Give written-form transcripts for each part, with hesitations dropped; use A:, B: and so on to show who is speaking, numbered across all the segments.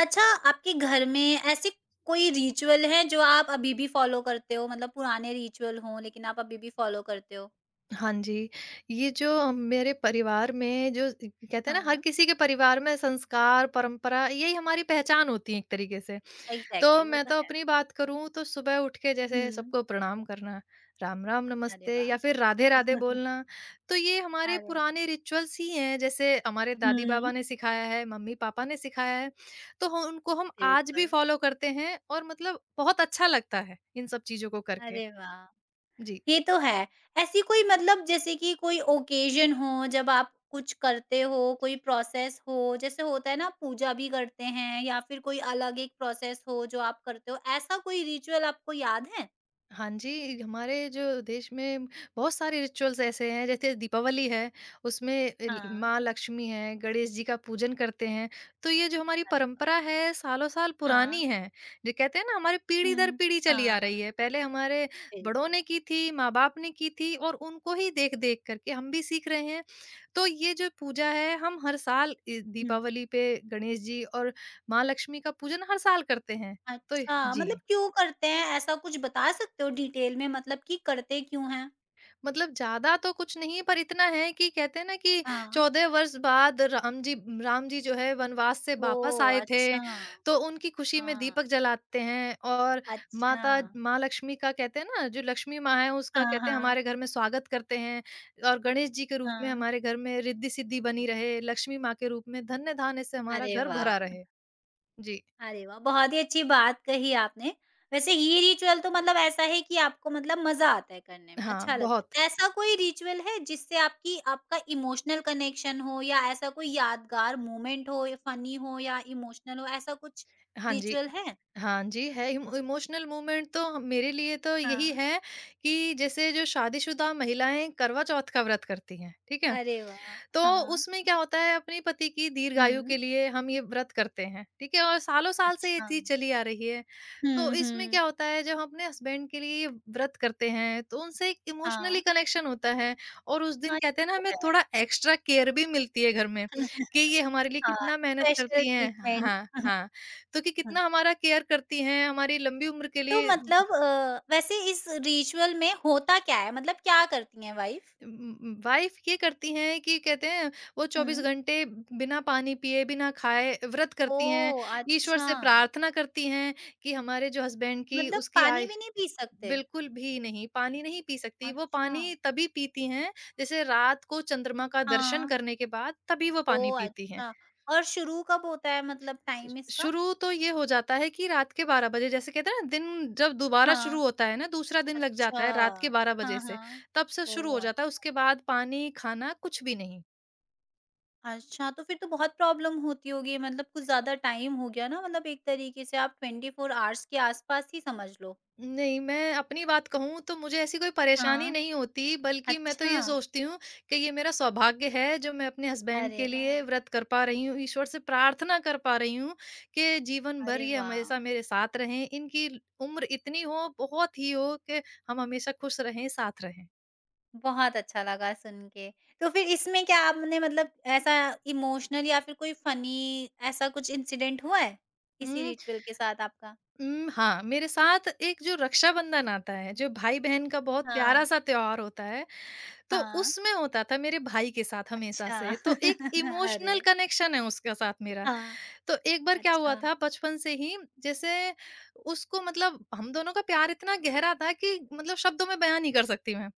A: अच्छा, आपके घर में ऐसे कोई रिचुअल है जो आप अभी भी फॉलो करते हो? मतलब पुराने रिचुअल हों लेकिन आप अभी भी फॉलो करते हो?
B: हाँ जी, ये जो मेरे परिवार में जो कहते हैं ना हर
A: हाँ,
B: किसी के परिवार में संस्कार, परंपरा यही हमारी पहचान होती है एक तरीके से। तो
A: एग्ज़ैक्टली वो
B: मैं
A: तो
B: तो
A: है।
B: अपनी बात करूँ तो सुबह उठ के जैसे
A: हुँ,
B: सबको प्रणाम करना, राम-राम,
A: अरे
B: नमस्ते
A: वाह!
B: या फिर राधे-राधे बोलना, तो ये हमारे
A: अरे वाह!
B: पुराने रिचुअल्स ही हैं। जैसे हमारे
A: हुँ,
B: दादी-बाबा ने सिखाया है, मम्मी-पापा ने सिखाया है, तो ह उनको हम आज भी
A: बिल्कुल।
B: फ़ॉलो करते हैं और मतलब बहुत अच्छा लगता है इन सब चीज़ों को करके।
A: अरे वाह!
B: जी।
A: ये तो है। ऐसी कोई मतलब जैसे कि कोई ओकेज़न हो जब आप कुछ करते हो, कोई प्रोसेस हो, जैसे होता है ना पूजा भी करते हैं या फिर कोई अलग एक प्रोसेस हो जो आप करते हो, ऐसा कोई रिचुअल आपको याद है?
B: हाँ जी, हमारे जो देश में बहुत सारे रिचुअल्स ऐसे हैं, जैसे दीपावली है, उसमें अल
A: हाँ,
B: माँ लक्ष्मी हैं, गणेश जी का पूजन करते हैं। तो ये जो हमारी
A: अरे वाह!
B: परंपरा है, सालों-साल पुरानी
A: हाँ।
B: है। जो कहते हैं ना, हमारी पीढ़ी दर
A: हुँ।
B: पीढ़ी चली
A: हाँ,
B: आ रही
A: हाँ।
B: है। पहले हमारे बड़ों
A: बिल्कुल।
B: ने की थी, माँ-बाप ने की थी और उनको ही देख-देख करके हम भी सीख रहे हैं। तो ये जो पूजा है, हम हर साल इ
A: हुँ।
B: दीपावली पे गणेश जी और माँ लक्ष्मी का पूजन हर साल करते हैं। तो
A: अच्छा,
B: जी।
A: मतलब क्यों करते हैं? ऐसा कुछ बता सकते हो डिटेल में मतलब कि करते क्यों हैं?
B: मतलब ज़्यादा तो कुछ नहीं, पर इतना है कि कहते हैं ना कि
A: हाँ।
B: 14 वर्ष बाद राम जी, जो है, वनवास से वापस
A: ओह!
B: आए थे,
A: अच्छा।
B: तो उनकी खुशी में
A: हाँ।
B: दीपक जलाते हैं। और
A: अच्छा।
B: माता माँ लक्ष्मी का कहते हैं ना, जो लक्ष्मी माँ है उसका
A: हाँ,
B: कहते हैं
A: हाँ।
B: हमारे घर में स्वागत करते हैं, और गणेश जी के रूप में
A: हाँ।
B: हमारे घर में रिद्धि-सिद्धि बनी रहे, लक्ष्मी माँ के रूप में धन्य-धान्य से हमारा
A: अरे
B: घर भरा
A: वाह!
B: रहे। जी।
A: अरे वाह! बहुत ही अच्छी बात कही आपने। वैसे ये रिचुअल तो मतलब ऐसा है कि आपको मतलब मज़ा आता है करने में,
B: हाँ,
A: अच्छा लगता
B: बहुत।
A: है। ऐसा कोई रिचुअल है जिससे आपकी आपका इमोशनल कनेक्शन हो या ऐसा कोई यादगार मोमेंट हो या फ़नी हो या इमोशनल हो, ऐसा कुछ
B: हाँ जी।
A: रिचुअल है?
B: हाँ जी, है इमोशनल मूवमेंट तो, मेरे लिए तो यही
A: हाँ।
B: है कि जैसे जो शादीशुदा महिलाएँ करवा चौथ का व्रत करती हैं, ठीक है?
A: अरे वाह!
B: तो
A: हाँ।
B: उसमें क्या होता है, अपने पति की दीर्घायु
A: हुँ।
B: के लिए हम ये व्रत करते हैं, ठीक है? और सालों साल से ये
A: अच्छा।
B: चीज़ चली आ रही है। तो
A: हुँ,
B: इसमें
A: हुँ।
B: क्या होता है, जब हम अपने हस्बैंड के लिए ये व्रत करते हैं तो उनसे एक इमोशनली
A: हाँ।
B: कनेक्शन होता है और उस
A: हाँ,
B: दिन कहते हैं ना
A: ये तो
B: हमें
A: है।
B: थोड़ा एक्स्ट्रा केयर भी मिलती है घर में, कि ये हमारे लिए
A: हाँ,
B: कितना मेहनत
A: स्पेशल
B: करती हैं।
A: ट्रीटमेंट।
B: हाँ, हाँ। तो कि कितना हमारा केयर करती हैं, हमारी लंबी उम्र के
A: तो
B: लिए।
A: मतलब वैसे इस रिचुअल में होता क्या है? मतलब क्या करती हैं वाइफ?
B: वाइफ ये करती हैं कि कहते हैं, वो 24
A: हुँ।
B: घंटे बिना पानी पिए, बिना खाए व्रत करती हैं,
A: ओह!
B: ईश्वर
A: अच्छा,
B: से प्रार्थना करती हैं कि हमारे जो हस्बैंड की
A: मतलब
B: उसकी
A: पानी
B: आय।
A: भी नहीं पी सकते?
B: बिल्कुल भी नहीं, पानी नहीं पी सकती। वो
A: अच्छा,
B: पानी तभी पीती हैं, जैसे रात को चंद्रमा का दर्शन
A: हाँ।
B: करने के बाद तभी वो पानी
A: ओह!
B: पीती हैं।
A: अच्छा और शुरू कब होता है मतलब टाइम इसका?
B: शुरू तो ये हो जाता है कि रात के 12 बजे, जैसे कहते हैं ना दिन जब दोबारा
A: हाँ।
B: शुरू होता है ना, दूसरा दिन लग
A: अच्छा,
B: जाता है रात के 12 बजे
A: हाँ,
B: से,
A: हाँ।
B: तब से शुरू हो
A: ओह!
B: जाता है।
A: अच्छा,
B: उसके बाद पानी, खाना कुछ भी नहीं।
A: अच्छा तो फिर तो बहुत प्रॉब्लम होती होगी मतलब कुछ ज़्यादा टाइम हो गया ना मतलब एक तरीके से आप 24 आवर्स के आसपास ही समझ लो।
B: नहीं, मैं अपनी बात कहूँ तो मुझे ऐसी कोई परेशानी
A: हाँ,
B: नहीं होती, बल्कि मैं तो
A: अच्छा।
B: ये सोचती हूँ कि ये मेरा सौभाग्य है जो मैं अपने हस्बैंड
A: अरे
B: के
A: वाह!
B: लिए व्रत कर पा रही हूँ, ईश्वर से प्रार्थना कर पा रही हूँ कि जीवन
A: अरे
B: भर ये
A: वाह!
B: हमेशा मेरे साथ रहें, इनकी उम्र इतनी हो, बहुत ही हो कि हम हमेशा खुश रहें, साथ रहें।
A: बहुत अच्छा लगा सुन के। तो फिर इसमें क्या आपने मतलब ऐसा इमोशनल या फिर कोई फ़नी ऐसा कुछ इंसिडेंट हुआ है? इसी
B: उम
A: रिचुअल के साथ आपका?
B: हाँ, मेरे साथ एक जो रक्षाबंधन आता है, जो भाई-बहन का बहुत
A: हाँ,
B: प्यारा-सा त्योहार होता है, तो
A: हाँ।
B: उसमें होता था मेरे भाई के साथ हमेशा
A: अच्छा।
B: से, तो एक
A: अरे!
B: इमोशनल कनेक्शन है उसके साथ मेरा।
A: हाँ,
B: तो एक बार क्या हुआ
A: अच्छा।
B: था बचपन से ही, जैसे उसको, मतलब हम दोनों का प्यार इतना गहरा था कि मतलब शब्दों में बयान नहीं कर सकती मैं।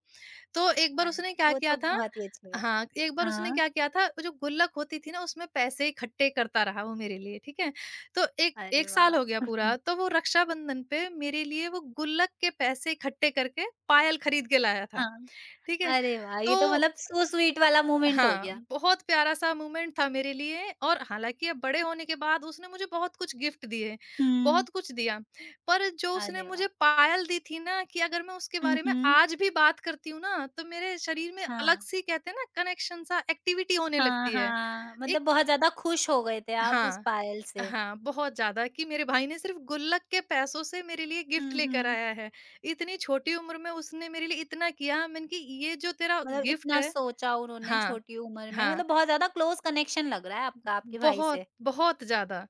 B: तो एक बार
A: अरे!
B: उसने क्या
A: वो तो
B: किया था।
A: बहुत ही अच्छी बात है।
B: हाँ, एक बार उसने
A: हाँ।
B: क्या किया था, जो गुल्लक होती थी ना उसमें पैसे इकट्ठे करता रहा वो मेरे लिए, ठीक है? तो एक
A: अरे
B: 1
A: वाह!
B: साल हो गया पूरा, तो वो रक्षाबंधन पे मेरे लिए वो गुल्लक के पैसे इकट्ठे करके पायल खरीद के लाया था,
A: हाँ।
B: ठीक है?
A: अरे वाह! ये तो
B: तो
A: मतलब सो स्वीट वाला मोमेंट हो
B: हाँ,
A: गया।
B: बहुत प्यारा-सा मोमेंट था मेरे लिए, और हालाँकि अब बड़े होने के बाद उसने मुझे बहुत कुछ गिफ्ट दिए,
A: हुँ।
B: बहुत कुछ दिया। पर जो उसने
A: अरे वाह!
B: मुझे पायल दी थी ना, कि अगर मैं उसके
A: हुँ,
B: बारे में
A: हुँ।
B: आज भी बात करती हूँ ना, तो मेरे शरीर में
A: अच्छा।
B: अलग-सी, कहते हैं ना, कनेक्शन-सा एक्टिविटी होने
A: हाँ,
B: लगती है।
A: हाँ। मतलब
B: एक
A: बहुत ज़्यादा खुश हो गए थे आप उस
B: हाँ,
A: पायल से।
B: हाँ, बहुत ज़्यादा, कि मेरे भाई ने सिर्फ़ गुल्लक के पैसों से मेरे लिए गिफ्ट
A: हुँ,
B: लेकर
A: हुँ।
B: आया है। इतनी छोटी उम्र में उसने मेरे लिए इतना किया, मैंने कि ये जो तेरा
A: मतलब
B: गिफ्ट
A: इतना
B: है।
A: सोचा उन्होंने
B: हाँ,
A: छोटी उम्र में,
B: हाँ।
A: मतलब बहुत ज़्यादा क्लोज़ कनेक्शन लग रहा है आपका आपके भाई
B: बहुत,
A: से।
B: बहुत ज़्यादा,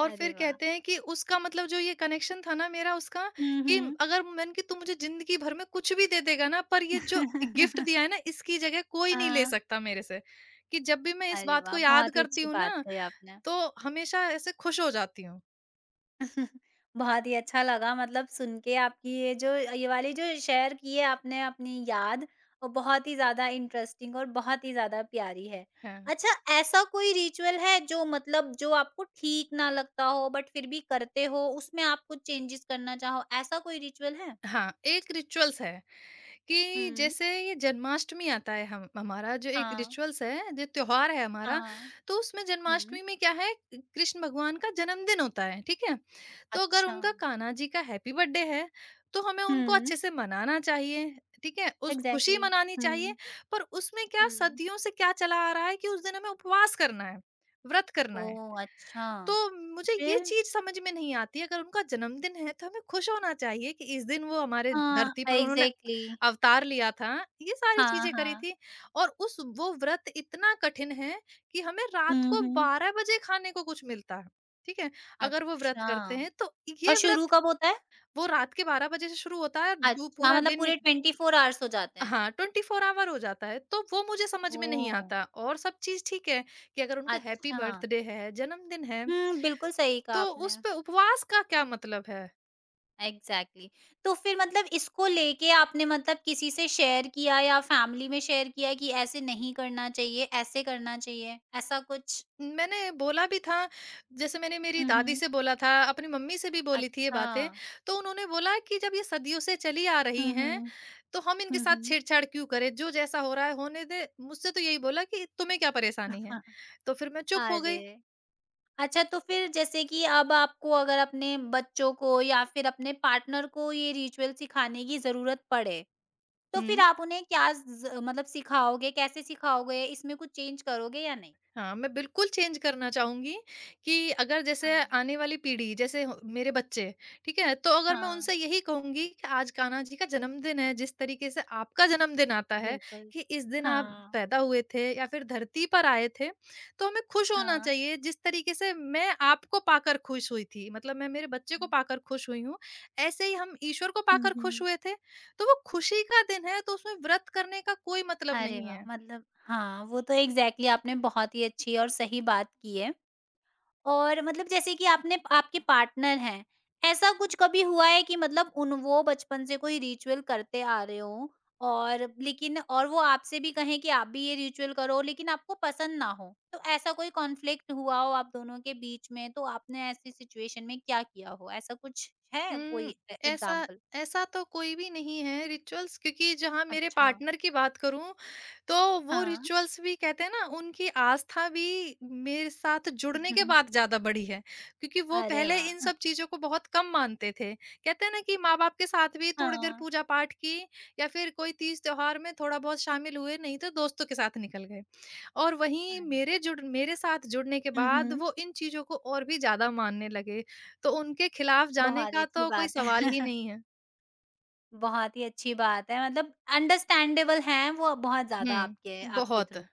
B: और
A: अरे
B: फिर
A: वाह!
B: कहते हैं कि उसका, मतलब जो ये कनेक्शन था ना मेरा उसका,
A: हुँ,
B: कि
A: हुँ।
B: अगर मैंने, कि तू मुझे ज़िंदगी भर में कुछ भी दे देगा ना, पर ये जो गिफ्ट दिया है ना इसकी जगह कोई नहीं ले
A: हाँ।
B: सकता मेरे से। कि जब भी मैं इस
A: अरे
B: बात
A: वाह!
B: को याद
A: बहुत ही
B: करती
A: अच्छी
B: हूँ
A: बात
B: ना,
A: कही आपने।
B: तो हमेशा ऐसे खुश हो जाती हूँ।
A: बहुत ही अच्छा लगा मतलब सुन के आपकी ये जो ये वाली जो शेयर की है आपने अपनी याद और बहुत ही ज़्यादा इंटरेस्टिंग और बहुत ही ज़्यादा प्यारी है।
B: हैं।
A: अच्छा ऐसा कोई रिचुअल है जो मतलब जो आपको ठीक ना लगता हो बट फिर भी करते हो, उसमें आप कुछ चेंजेस करना चाहो, ऐसा कोई रिचुअल है?
B: हाँ, एक रिचुअल्स है। कि
A: हुँ।
B: जैसे ये जन्माष्टमी आता है, हम हमारा जो एक
A: हाँ,
B: रिचुअल्स है, जो त्योहार है हमारा,
A: हाँ।
B: तो उसमें
A: हुँ।
B: जन्माष्टमी में क्या है, कृष्ण भगवान का जन्मदिन होता है, ठीक है? तो अगर
A: अच्छा।
B: उनका कान्हा जी का हैप्पी बर्थडे है, तो हमें उनको
A: हुँ,
B: अच्छे से मनाना चाहिए, ठीक है, उस खुशी
A: एग्ज़ैक्टली।
B: मनानी चाहिए।
A: हुँ,
B: पर उसमें क्या,
A: हुँ।
B: सदियों से क्या चला आ रहा है कि उस दिन हमें उपवास करना है, व्रत करना है।
A: ओह! अच्छा।
B: तो मुझे ये
A: फिर?
B: चीज़ समझ में नहीं आती है, अगर उनका जन्मदिन है तो हमें खुश होना चाहिए कि इस दिन वो हमारे
A: हाँ,
B: धरती पर उन्होंने
A: एग्ज़ैक्टली।
B: अवतार लिया था, ये सारी
A: हाँ,
B: चीज़ें करी
A: हाँ।
B: थी। और उस वो व्रत इतना कठिन है कि हमें रात
A: हुँ,
B: को
A: हुँ।
B: 12 बजे खाने को कुछ मिलता है, ठीक है? अगर वो व्रत
A: अच्छा।
B: करते हैं तो
A: और
B: ये
A: शुरू
B: व्रत,
A: कब होता है?
B: वो रात के 12 बजे से शुरू होता है दू
A: अच्छा। हाँ,
B: पूरा
A: मतलब
B: दिन
A: पूरे
B: निक
A: 24 आवर्स हो जाते हैं।
B: हाँ, 24 ऑवर हो जाता है, तो वो मुझे समझ में नहीं
A: ओह!
B: आता, और सब चीज़ ठीक है कि अगर उनका हैप्पी
A: अच्छा।
B: बर्थडे है, जन्मदिन है,
A: हुँ, बिल्कुल सही कहा
B: तो
A: आपने।
B: उस पे उपवास का क्या मतलब है?
A: Exactly exactly। तो फिर मतलब इसको लेके आपने मतलब किसी से शेयर किया या फैमिली में शेयर किया कि ऐसे नहीं करना चाहिए, ऐसे करना चाहिए, ऐसा कुछ?
B: मैंने बोला भी था, जैसे मैंने मेरी
A: हुँ,
B: दादी
A: हुँ।
B: से बोला था, अपनी मम्मी से भी बोली थी ये
A: अच्छा।
B: बातें, तो उन्होंने बोला कि जब ये सदियों से चली आ रही
A: हुँ,
B: हैं,
A: हुँ।
B: तो हम इनके
A: हुँ,
B: साथ
A: हुँ।
B: छेड़छाड़ क्यों करें? जो जैसा हो रहा है होने दे। मुझसे तो यही बोला कि तुम्हें क्या परेशानी है? तो फिर मैं चुप हो गई।
A: अरे! अच्छा तो फिर जैसे कि अब आपको अगर अपने बच्चों को या फिर अपने पार्टनर को ये रिचुअल सिखाने की ज़रूरत पड़े, तो फिर
B: हुँ।
A: आप उन्हें क्या ज़ मतलब सिखाओगे, कैसे सिखाओगे? इसमें कुछ चेंज करोगे या नहीं?
B: हाँ, मैं बिल्कुल चेंज करना चाहूँगी कि अगर जैसे
A: हाँ।
B: आने वाली पीढ़ी, जैसे ह मेरे बच्चे, ठीक है? तो अगर मैं
A: हाँ,
B: उनसे यही कहूँगी कि आज कान्हा जी का जन्मदिन है, जिस तरीके से आपका जन्मदिन आता है
A: बिल्कुल।
B: कि इस दिन आप
A: हाँ।
B: पैदा हुए थे या फिर धरती पर आए थे, तो हमें खुश होना
A: हाँ।
B: चाहिए जिस तरीके से मैं आपको पाकर खुश हुई थी। मतलब मैं मेरे बच्चे को
A: हुँ,
B: पाकर खुश हुई हूँ, ऐसे ही हम ईश्वर को
A: हुँ,
B: पाकर खुश
A: हुँ।
B: हुए थे। तो वो खुशी का दिन है, तो उसमें व्रत करने का कोई मतलब
A: अरे
B: नहीं
A: वाह!
B: है।
A: मतलब हाँ, वो तो एग्ज़ैक्टली आपने बहुत ही अच्छी और सही बात की है। और मतलब जैसे कि आपने आपके पार्टनर हैं, ऐसा कुछ कभी हुआ है कि मतलब उन वो बचपन से कोई रिचुअल करते आ रहे हों और लेकिन और वो आपसे भी कहें कि आप भी ये रिचुअल करो लेकिन आपको पसंद ना हो? तो ऐसा कोई कॉन्फ्लिक्ट हुआ हो आप दोनों के बीच में, तो आपने ऐसी सिचुएशन में क्या किया हो? ऐसा कुछ है
B: हुँ,
A: कोई ए
B: ऐसा
A: एग्ज़ाम्पल?
B: ऐसा तो कोई भी नहीं है रिचुअल्स, क्योंकि जहाँ मेरे
A: अच्छा।
B: पार्टनर की बात करूँ, तो वो
A: हाँ।
B: रिचुअल्स भी कहते हैं ना उनकी आस्था भी मेरे साथ जुड़ने के बाद ज़्यादा बढ़ी है, क्योंकि वो
A: अरे
B: पहले इन
A: वाह!
B: सब चीज़ों को बहुत कम मानते थे। कहते हैं ना कि माँ-बाप के साथ भी थोड़ी देर
A: हाँ,
B: पूजा-पाठ की या फिर कोई तीज त्योहार में थोड़ा बहुत शामिल हुए, नहीं तो दोस्तों के साथ निकल गए। और वहीं
A: अरे!
B: मेरे साथ जुड़ने के
A: हुँ,
B: बाद
A: हुँ।
B: वो इन चीज़ों को और भी ज़्यादा मानने लगे, तो उनके खिलाफ जाने
A: बहुत
B: का
A: अच्छी
B: तो कोई
A: बात है।
B: सवाल ही नहीं है।
A: बहुत ही अच्छी बात है मतलब अंडरस्टैंडेबल हैं वो बहुत ज़्यादा
B: हुँ,
A: आपके आपके
B: बहुत,
A: थ्रू,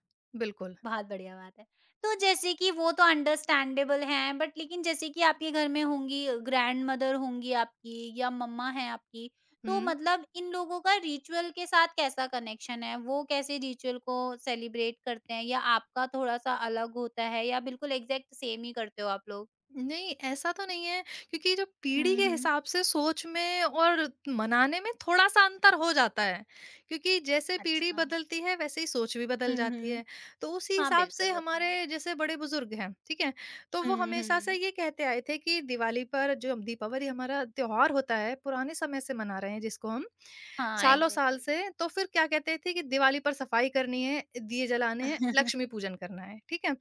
B: बिल्कुल।
A: बहुत बढ़िया बात है। तो जैसे कि वो तो अंडरस्टैंडेबल हैं बट लेकिन जैसे कि आपके घर में होंगी ग्रैंडमदर होंगी आपकी या मम्मा हैं आपकी, तो
B: हुँ।
A: मतलब इन लोगों का रिचुअल के साथ कैसा कनेक्शन है? वो कैसे रिचुअल को सेलिब्रेट करते हैं या आपका थोड़ा-सा अलग होता है या बिल्कुल एग्ज़ैक्ट सेम ही करते हो आप लोग?
B: नहीं, ऐसा तो नहीं है, क्योंकि जो पीढ़ी
A: हुँ,
B: के
A: हुँ।
B: हिसाब से सोच में और मनाने में थोड़ा-सा अंतर हो जाता है, क्योंकि जैसे पीढ़ी
A: अच्छा।
B: बदलती है वैसे ही सोच भी
A: हुँ,
B: बदल जाती
A: हुँ।
B: है। तो उसी
A: हाँ,
B: हिसाब
A: बिल्कुल
B: से
A: वो तो है।
B: हमारे जैसे बड़े-बुज़ुर्ग हैं, ठीक है? तो वो
A: हुँ,
B: हमेशा से
A: हुँ।
B: ये कहते आए थे कि दिवाली पर, जो दीपावली हमारा त्योहार होता है, पुराने समय से मना रहे हैं जिसको हम,
A: हाँ,
B: सालों-साल
A: एग्ज़ैक्टली।
B: से, तो फिर क्या कहते थे कि दिवाली पर सफाई करनी है, दिए जलाने हैं, लक्ष्मी पूजन करना है, ठीक है?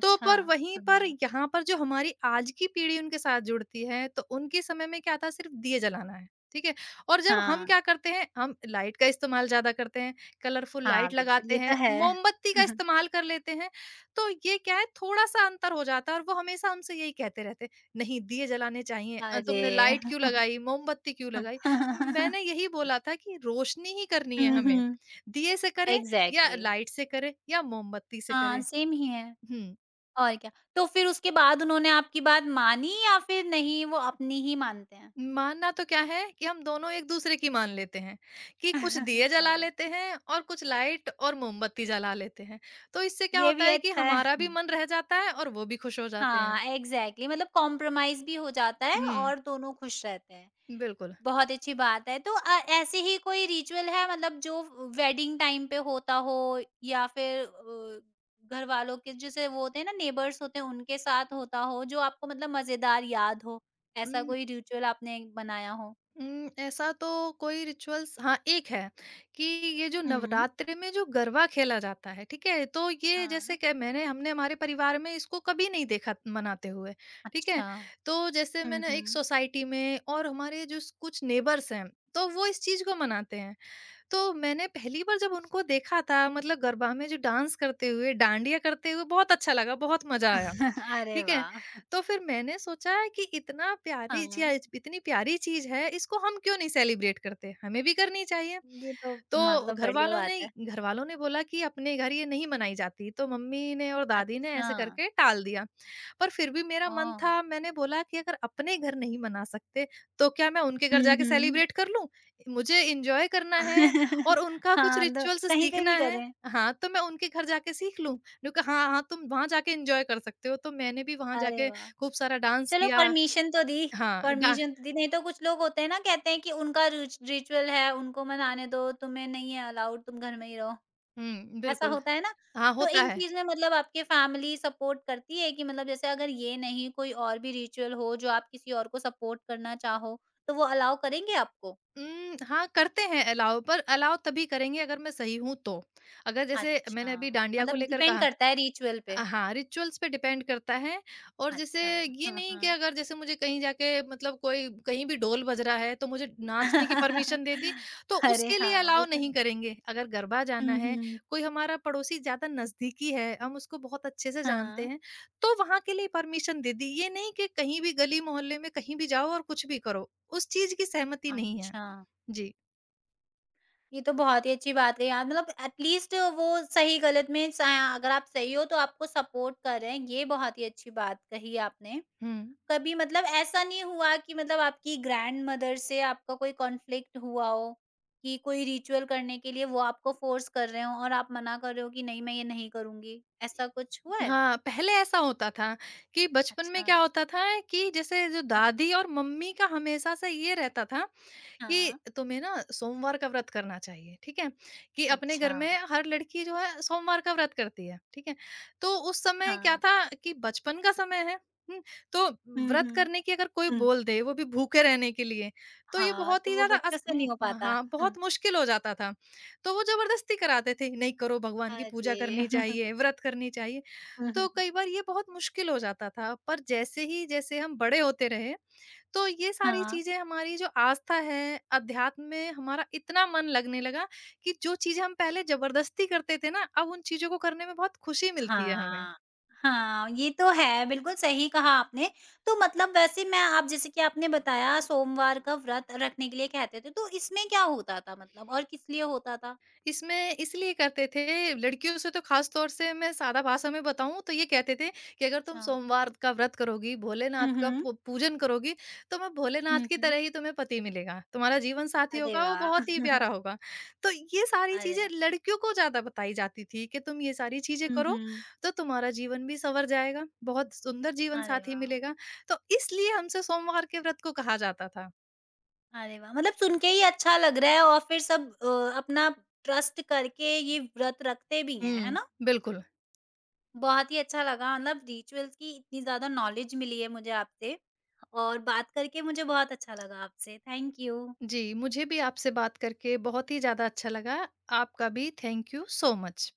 B: तो पर वहीं
A: हाँ,
B: पर, यहाँ पर जो हमारी आज की पीढ़ी उनके साथ जुड़ती है, तो उनके समय में क्या था, सिर्फ़ दिए जलाना है, ठीक है? और जब हम
A: हाँ,
B: क्या करते हैं, हम लाइट का इस्तेमाल ज़्यादा करते हैं, कलरफुल
A: हाँ,
B: लाइट
A: बिल्कुल
B: लगाते
A: ये तो
B: हैं,
A: है।
B: मोमबत्ती का इस्तेमाल कर लेते हैं, तो ये क्या है, थोड़ा-सा अंतर हो जाता है, और वो हमेशा हमसे यही कहते रहते हैं, "नहीं, दिए जलाने चाहिए
A: अरे!
B: तुमने लाइट क्यों लगाई? मोमबत्ती क्यों लगाई?" मैंने यही बोला था कि रोशनी ही करनी है
A: हुँ, हुँ।
B: हमें, दिए से करें या
A: एग्ज़ैक्टली।
B: लाइट से करें या मोमबत्ती से
A: हाँ,
B: करें।
A: सेम ही है।
B: हुँ।
A: और क्या। तो फिर उसके बाद उन्होंने आपकी बात मानी या फिर नहीं वो अपनी ही मानते हैं?
B: मानना तो क्या है कि हम दोनों एक-दूसरे की मान लेते हैं, कि कुछ दिए जला
A: अरे!
B: लेते हैं और कुछ लाइट और मोमबत्ती जला लेते हैं। तो इससे क्या
A: ये
B: होता
A: भी
B: है कि
A: अच्छा है।
B: हमारा भी मन रह जाता है और वो भी खुश हो जाते हैं।
A: हाँ, एग्ज़ैक्टली मतलब कॉम्प्रोमाइज़ भी हो जाता है
B: हुँ,
A: और दोनों खुश रहते हैं।
B: बिल्कुल।
A: बहुत अच्छी बात है। तो ऐसे ही कोई रिचुअल है मतलब जो वेडिंग टाइम पे होता हो या फिर घर वालों के जैसे वो होते हैं ना नेबर्स होते हैं उनके साथ होता हो जो आपको मतलब मज़ेदार याद हो? ऐसा
B: उम,
A: कोई रिचुअल आपने बनाया हो?
B: ऐसा तो कोई रिचुअल्स हाँ, एक है कि ये जो
A: हुँ।
B: नवरात्रि में जो गरबा खेला जाता है, ठीक है? तो ये जैसे
A: हाँ।
B: कि मैंने हमने हमारे परिवार में इसको कभी नहीं देखा मनाते हुए, ठीक है?
A: अच्छा।
B: तो जैसे
A: हुँ,
B: मैंने एक
A: हुँ।
B: सोसाइटी में और हमारे जो स कुछ नेबर्स हैं, तो वो इस चीज़ को मनाते हैं। तो मैंने पहली बार जब उनको देखा था मतलब गरबा में जो डांस करते हुए, डांडिया करते हुए बहुत अच्छा लगा, बहुत मज़ा आया।
A: अरे
B: ठीक है?
A: वाह!
B: तो फिर मैंने सोचा कि इतना प्यारी
A: हाँ,
B: चीज़ इतनी प्यारी चीज़ है, इसको हम क्यों नहीं सेलिब्रेट करते? हमें भी करनी चाहिए।
A: ये तो
B: तो
A: मतलब बढ़िया
B: घरवालों
A: बात
B: ने
A: है।
B: घरवालों ने बोला कि अपने घर ये नहीं मनाई जाती, तो मम्मी ने और दादी ने
A: अच्छा,
B: ऐसे करके टाल दिया। पर फिर भी मेरा मन
A: ओह!
B: था मैंने बोला कि अगर अपने घर नहीं मना सकते तो क्या मैं उनके घर
A: हुँ,
B: जाके
A: हुँ।
B: सेलिब्रेट कर लूँ? मुझे एन्जॉय करना है और उनका कुछ
A: हाँ, तो
B: रिचुअल्स
A: कहीं पे
B: सीखना
A: भी
B: है।
A: करें।
B: हाँ, तो मैं उनके घर जाके सीख लूँ। उन्होंने कहा हाँ, हाँ तुम वहाँ जाके एन्जॉय कर सकते हो। तो मैंने भी वहाँ
A: अरे
B: जाके
A: वाह!
B: खूब सारा डांस
A: चलो
B: किया। हाँ, डा
A: परमिशन तो दी, नहीं तो कुछ लोग होते हैं ना कहते हैं कि उनका रिचुअल है, उनको मनाने दो, तुम्हें नहीं है अलाउड, तुम घर में ही रहो,
B: हुँ,
A: ऐसा
B: बिल्कुल।
A: होता है ना?
B: हाँ,
A: तो
B: होता
A: इन
B: है।
A: चीज़ में मतलब आपकी फैमिली सपोर्ट करती है कि मतलब जैसे अगर ये नहीं कोई और भी रिचुअल हो जो आप किसी और को सपोर्ट करना चाहो, तो वो अलाउ करेंगे आपको?
B: हाँ, करते हैं अलाउ पर अलाउ तभी करेंगे अगर मैं सही हूँ तो। अगर जैसे
A: अच्छा,
B: मैंने अभी डांडिया को
A: मतलब
B: लेकर
A: डिपेंड
B: कहा
A: करता है रिचुअल पे।
B: अ, हाँ, रिचुअल्स पे डिपेंड करता है और जैसे
A: अच्छा,
B: ये
A: हाँ,
B: नहीं कि
A: हाँ।
B: अगर जैसे मुझे कहीं जाके मतलब कोई कहीं भी ढोल बज रहा है, तो मुझे नाचने की परमिशन दे दी, तो
A: अरे
B: उसके लिए
A: हाँ, वो
B: अलाउ
A: तो
B: नहीं
A: है।
B: करेंगे। अगर गरबा जाना
A: हुँ,
B: है,
A: हुँ।
B: कोई हमारा पड़ोसी ज़्यादा नज़दीकी है, हम उसको बहुत अच्छे से जानते
A: हाँ,
B: हैं, तो वहाँ के लिए परमिशन दे दी। ये नहीं कि कहीं भी गली मोहल्ले में कहीं भी जाओ और कुछ भी करो, उस चीज़ की सहमति नहीं है।
A: अच्छा।
B: जी।
A: ये तो बहुत ही अच्छी बात है यार मतलब एटलीस्ट वो सही गलत में अगर आप सही हो तो आपको सपोर्ट कर रहे हैं ये बहुत ही अच्छी बात कही आपने
B: हुँ।
A: कभी मतलब ऐसा नहीं हुआ कि मतलब आपकी ग्रैंड मदर से आपका कोई कॉन्फ्लिक्ट हुआ हो कि कोई रिचुअल करने के लिए वो आपको फोर्स कर रहे हो और आप मना कर रहे हो कि नहीं मैं ये नहीं करूंगी ऐसा कुछ हुआ है
B: हाँ, पहले ऐसा होता था कि बचपन में
A: अच्छा
B: क्या होता था कि जैसे जो
A: हाँ
B: दादी और मम्मी का हमेशा से ये रहता था कि
A: हाँ
B: तुम्हें ना सोमवार का व्रत करना चाहिए, ठीक है? कि अपने
A: अच्छा
B: घर में हर लड़की जो है सोमवार का व्रत करती है, ठीक है? तो उस
A: हाँ
B: समय क्या
A: हाँ,
B: था कि बचपन का समय है, हुँ, तो
A: हम्म
B: व्रत
A: हम्म
B: करने की अगर कोई
A: हम्म,
B: बोल दे, वो भी भूखे रहने के लिए, तो ये
A: हाँ
B: बहुत
A: तो
B: ही
A: वो
B: ज़्यादा
A: बच्चों
B: अस
A: से नहीं
B: उम,
A: हो पाता
B: हाँ,
A: हम्म,
B: बहुत मुश्किल हो जाता था। तो वो ज़बरदस्ती कराते थे, नहीं करो, भगवान की पूजा
A: अरे
B: करनी चाहिए, व्रत करनी चाहिए।
A: हम्म,
B: तो
A: हम्म,
B: कई बार ये बहुत मुश्किल हो जाता था, पर जैसे ही जैसे हम बड़े होते रहे तो ये सारी
A: हाँ
B: चीज़ें हमारी जो आस्था है, अध्यात्म में हमारा इतना मन लगने लगा कि जो चीज़ें हम पहले ज़बरदस्ती करते थे ना, अब उन चीज़ों को करने में बहुत खुशी मिलती है हमें।
A: हाँ, हाँ, ये तो है, बिल्कुल सही कहा आपने। तो मतलब वैसे मैं आप जैसे कि आपने बताया सोमवार का व्रत रखने के लिए कहते थे, तो इसमें क्या होता था मतलब और किस लिए होता था?
B: इसमें इसलिए करते थे, लड़कियों से तो ख़ास तौर से मैं सादा भाषा में बताऊँ तो ये कहते थे कि अगर तुम
A: अच्छा।
B: सोमवार का व्रत करोगी, भोलेनाथ
A: हुँ,
B: का
A: हुँ।
B: पू पूजन करोगी, तो मैं
A: हुँ,
B: भोलेनाथ की
A: हुँ।
B: तरह ही तुम्हें पति मिलेगा। तुम्हारा जीवन साथी
A: अरे
B: होगा, वो
A: वाह!
B: बहुत ही प्यारा होगा। तो ये सारी
A: अरे
B: चीज़ें
A: वाह!
B: लड़कियों को ज़्यादा बताई जाती थी कि तुम ये सारी चीज़ें
A: हुँ,
B: करो,
A: हुँ।
B: तो तुम्हारा जीवन भी सँवर जाएगा, बहुत सुंदर जीवन
A: अरे
B: साथी
A: वाह!
B: मिलेगा। तो इसलिए हमसे सोमवार के व्रत को कहा जाता था।
A: अरे वाह! मतलब सुन के ही अच्छा लग रहा है और फिर सब अपना ट्रस्ट करके ये व्रत रखते भी हैं, है
B: हुँ,
A: ना?
B: बिल्कुल।
A: बहुत ही अच्छा लगा मतलब रिचुअल्स की इतनी ज़्यादा नॉलेज मिली है मुझे आपसे और बात करके मुझे बहुत अच्छा लगा आपसे। Thank you.
B: जी, मुझे भी आपसे बात करके बहुत ही ज़्यादा अच्छा लगा। आपका भी थैंक यू सो मच।